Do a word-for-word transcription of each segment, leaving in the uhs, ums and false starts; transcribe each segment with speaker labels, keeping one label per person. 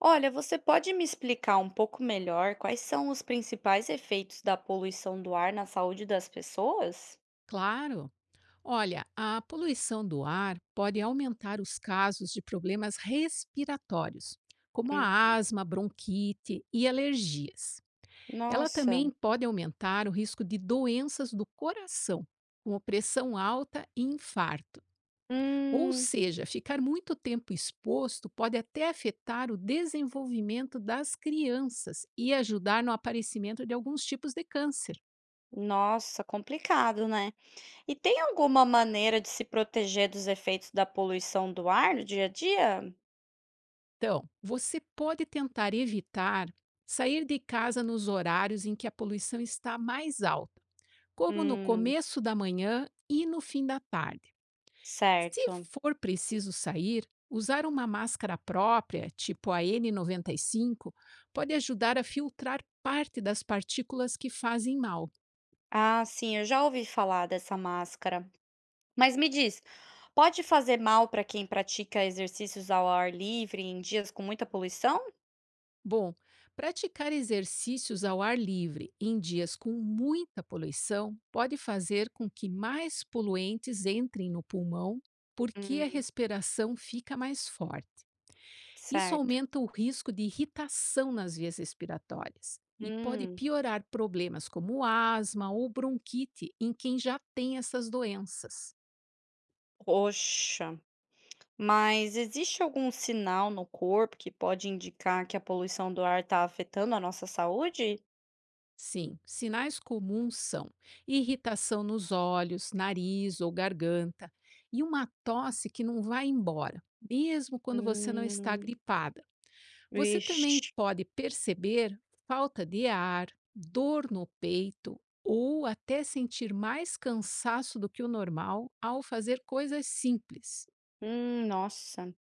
Speaker 1: Olha, você pode me explicar um pouco melhor quais são os principais efeitos da poluição do ar na saúde das pessoas?
Speaker 2: Claro! Olha, a poluição do ar pode aumentar os casos de problemas respiratórios, como a
Speaker 1: Hum,
Speaker 2: asma, bronquite e alergias. Ela
Speaker 1: Nossa,
Speaker 2: também pode aumentar o risco de doenças do coração, como pressão alta e infarto. Ou
Speaker 1: hum,
Speaker 2: seja, ficar muito tempo exposto pode até afetar o desenvolvimento das crianças e ajudar no aparecimento de alguns tipos de câncer.
Speaker 1: nossa, complicado, né? E tem alguma maneira de se proteger dos efeitos da poluição do ar no dia a dia?
Speaker 2: Então, você pode tentar evitar sair de casa nos horários em que a poluição está mais alta, como no
Speaker 1: Hum,
Speaker 2: começo da manhã e no fim da tarde. Se
Speaker 1: certo.
Speaker 2: for preciso sair, usar uma máscara própria, tipo a N noventa e cinco, pode ajudar a filtrar parte das partículas que fazem mal.
Speaker 1: Ah, sim, eu já ouvi falar dessa máscara. Mas me diz, pode fazer mal para quem pratica exercícios ao ar livre em dias com muita poluição?
Speaker 2: Bom, praticar exercícios ao ar livre em dias com muita poluição pode fazer com que mais poluentes entrem no pulmão, porque a
Speaker 1: Hum,
Speaker 2: respiração fica mais forte. Isso
Speaker 1: certo.
Speaker 2: aumenta o risco de irritação nas vias respiratórias e pode
Speaker 1: Hum,
Speaker 2: piorar problemas como asma ou bronquite em quem já tem essas doenças.
Speaker 1: poxa, mas existe algum sinal no corpo que pode indicar que a poluição do ar está afetando a nossa saúde?
Speaker 2: Sim, sinais comuns são irritação nos olhos, nariz ou garganta e uma tosse que não vai embora, mesmo quando você não está
Speaker 1: Hum,
Speaker 2: gripada. Você também
Speaker 1: vixe.
Speaker 2: pode perceber falta de ar, dor no peito ou até sentir mais cansaço do que o normal ao fazer coisas simples.
Speaker 1: Hum, nossa.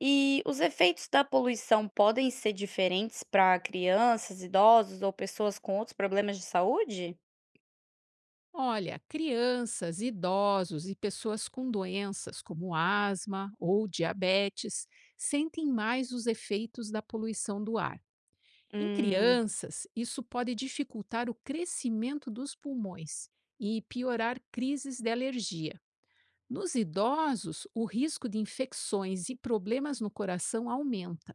Speaker 1: E os efeitos da poluição podem ser diferentes para crianças, idosos ou pessoas com outros problemas de saúde?
Speaker 2: Olha, crianças, idosos e pessoas com doenças como asma ou diabetes sentem mais os efeitos da poluição do ar. Em
Speaker 1: Hum,
Speaker 2: crianças, isso pode dificultar o crescimento dos pulmões e piorar crises de alergia. Nos idosos, o risco de infecções e problemas no coração aumenta.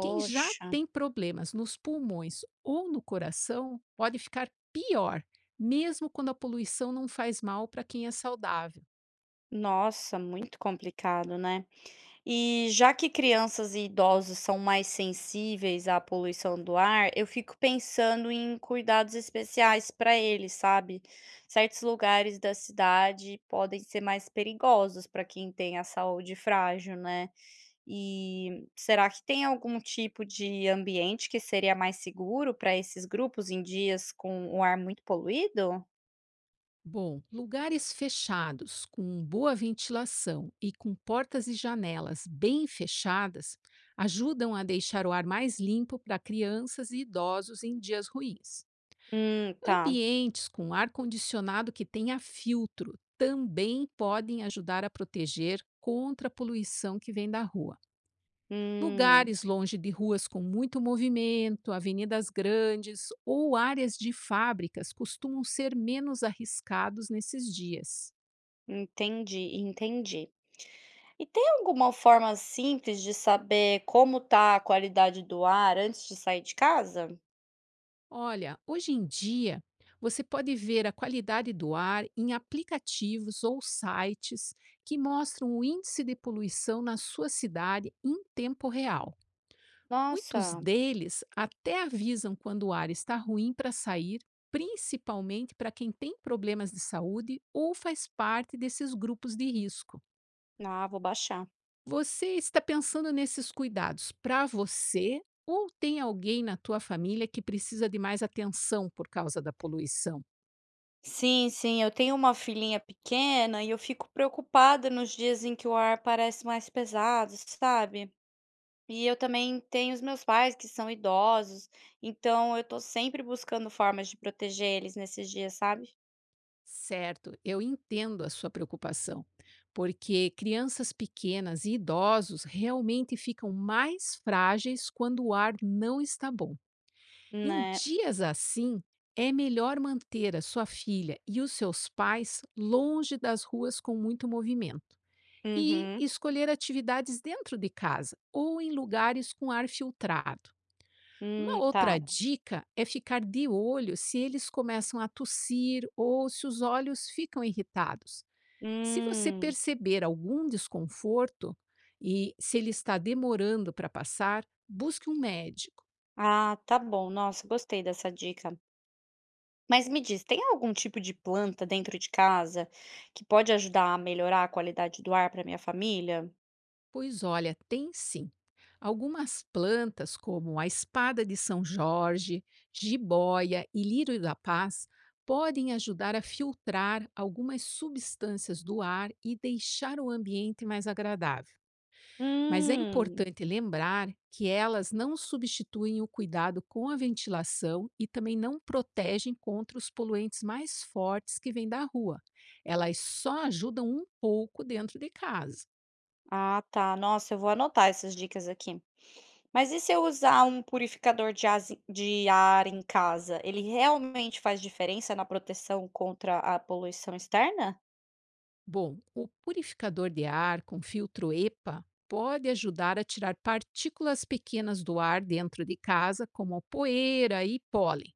Speaker 2: Quem já tem problemas nos pulmões ou no coração pode ficar pior, mesmo quando a poluição não faz mal para quem é saudável.
Speaker 1: nossa, muito complicado, né? E já que crianças e idosos são mais sensíveis à poluição do ar, eu fico pensando em cuidados especiais para eles, sabe? Certos lugares da cidade podem ser mais perigosos para quem tem a saúde frágil, né? E será que tem algum tipo de ambiente que seria mais seguro para esses grupos em dias com o ar muito poluído?
Speaker 2: Bom, lugares fechados, com boa ventilação e com portas e janelas bem fechadas, ajudam a deixar o ar mais limpo para crianças e idosos em dias ruins.
Speaker 1: Hum, tá.
Speaker 2: Ambientes com ar condicionado que tenha filtro também podem ajudar a proteger contra a poluição que vem da rua.
Speaker 1: Hum.
Speaker 2: Lugares longe de ruas com muito movimento, avenidas grandes ou áreas de fábricas costumam ser menos arriscados nesses dias.
Speaker 1: Entendi, entendi. E tem alguma forma simples de saber como tá a qualidade do ar antes de sair de casa?
Speaker 2: Olha, hoje em dia, você pode ver a qualidade do ar em aplicativos ou sites que mostram o índice de poluição na sua cidade em tempo real. Muitos
Speaker 1: Nossa,
Speaker 2: deles até avisam quando o ar está ruim para sair, principalmente para quem tem problemas de saúde ou faz parte desses grupos de risco.
Speaker 1: ah, vou baixar.
Speaker 2: Você está pensando nesses cuidados para você ou tem alguém na tua família que precisa de mais atenção por causa da poluição?
Speaker 1: Sim, sim, eu tenho uma filhinha pequena e eu fico preocupada nos dias em que o ar parece mais pesado, sabe? E eu também tenho os meus pais que são idosos, então eu tô sempre buscando formas de proteger eles nesses dias, sabe?
Speaker 2: Certo, eu entendo a sua preocupação, porque crianças pequenas e idosos realmente ficam mais frágeis quando o ar não está bom. Em
Speaker 1: Né?
Speaker 2: dias assim, é melhor manter a sua filha e os seus pais longe das ruas com muito movimento e
Speaker 1: Uhum.
Speaker 2: escolher atividades dentro de casa ou em lugares com ar filtrado. Uma
Speaker 1: Hum,
Speaker 2: outra
Speaker 1: tá.
Speaker 2: dica é ficar de olho se eles começam a tossir ou se os olhos ficam irritados. Se você
Speaker 1: Hum.
Speaker 2: perceber algum desconforto e se ele está demorando para passar, busque um médico.
Speaker 1: Ah, tá bom. Nossa, gostei dessa dica. Mas me diz, tem algum tipo de planta dentro de casa que pode ajudar a melhorar a qualidade do ar para minha família?
Speaker 2: Pois olha, tem sim. Algumas plantas, como a espada de São Jorge, jiboia e lírio da paz, podem ajudar a filtrar algumas substâncias do ar e deixar o ambiente mais agradável. Mas é
Speaker 1: Hum,
Speaker 2: importante lembrar que elas não substituem o cuidado com a ventilação e também não protegem contra os poluentes mais fortes que vêm da rua. Elas só ajudam um pouco dentro de casa.
Speaker 1: ah, tá. Nossa, eu vou anotar essas dicas aqui. Mas e se eu usar um purificador de as- de ar em casa? Ele realmente faz diferença na proteção contra a poluição externa?
Speaker 2: Bom, o purificador de ar com filtro E P A pode ajudar a tirar partículas pequenas do ar dentro de casa, como poeira e pólen.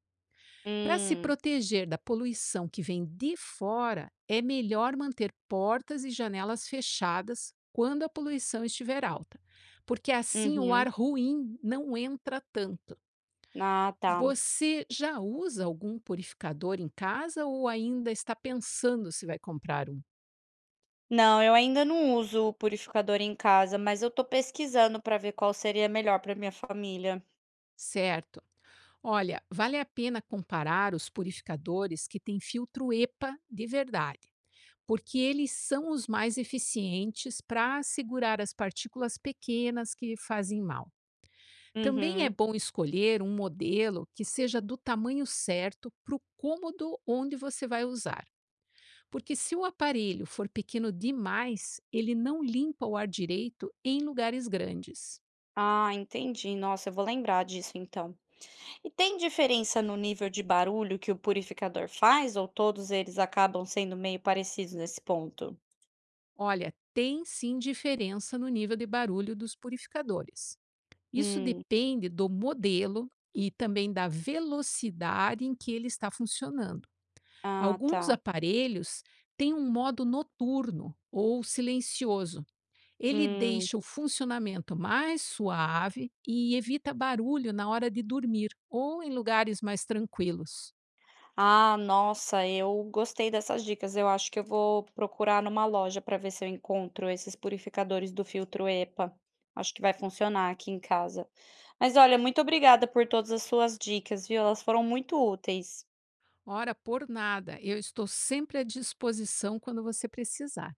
Speaker 2: Para se
Speaker 1: Hum,
Speaker 2: proteger da poluição que vem de fora, é melhor manter portas e janelas fechadas quando a poluição estiver alta, porque assim o ar
Speaker 1: uhum.
Speaker 2: ruim não entra tanto.
Speaker 1: Ah, tá.
Speaker 2: Você já usa algum purificador em casa ou ainda está pensando se vai comprar um?
Speaker 1: Não, eu ainda não uso o purificador em casa, mas eu tô pesquisando para ver qual seria melhor para minha família.
Speaker 2: Certo. Olha, vale a pena comparar os purificadores que têm filtro E P A de verdade, porque eles são os mais eficientes para segurar as partículas pequenas que fazem mal. Também é
Speaker 1: Uhum.
Speaker 2: bom escolher um modelo que seja do tamanho certo para o cômodo onde você vai usar, porque se o aparelho for pequeno demais, ele não limpa o ar direito em lugares grandes.
Speaker 1: Ah, entendi. Nossa, eu vou lembrar disso então. E tem diferença no nível de barulho que o purificador faz, ou todos eles acabam sendo meio parecidos nesse ponto?
Speaker 2: Olha, tem sim diferença no nível de barulho dos purificadores. Isso
Speaker 1: Hum,
Speaker 2: depende do modelo e também da velocidade em que ele está funcionando.
Speaker 1: ah,
Speaker 2: Alguns
Speaker 1: tá.
Speaker 2: aparelhos têm um modo noturno ou silencioso. Ele
Speaker 1: Hum.
Speaker 2: deixa o funcionamento mais suave e evita barulho na hora de dormir ou em lugares mais tranquilos.
Speaker 1: Ah, nossa, eu gostei dessas dicas. Eu acho que eu vou procurar numa loja para ver se eu encontro esses purificadores do filtro epa. Acho que vai funcionar aqui em casa. Mas olha, muito obrigada por todas as suas dicas, viu? Elas foram muito úteis.
Speaker 2: Ora, por nada, eu estou sempre à disposição quando você precisar.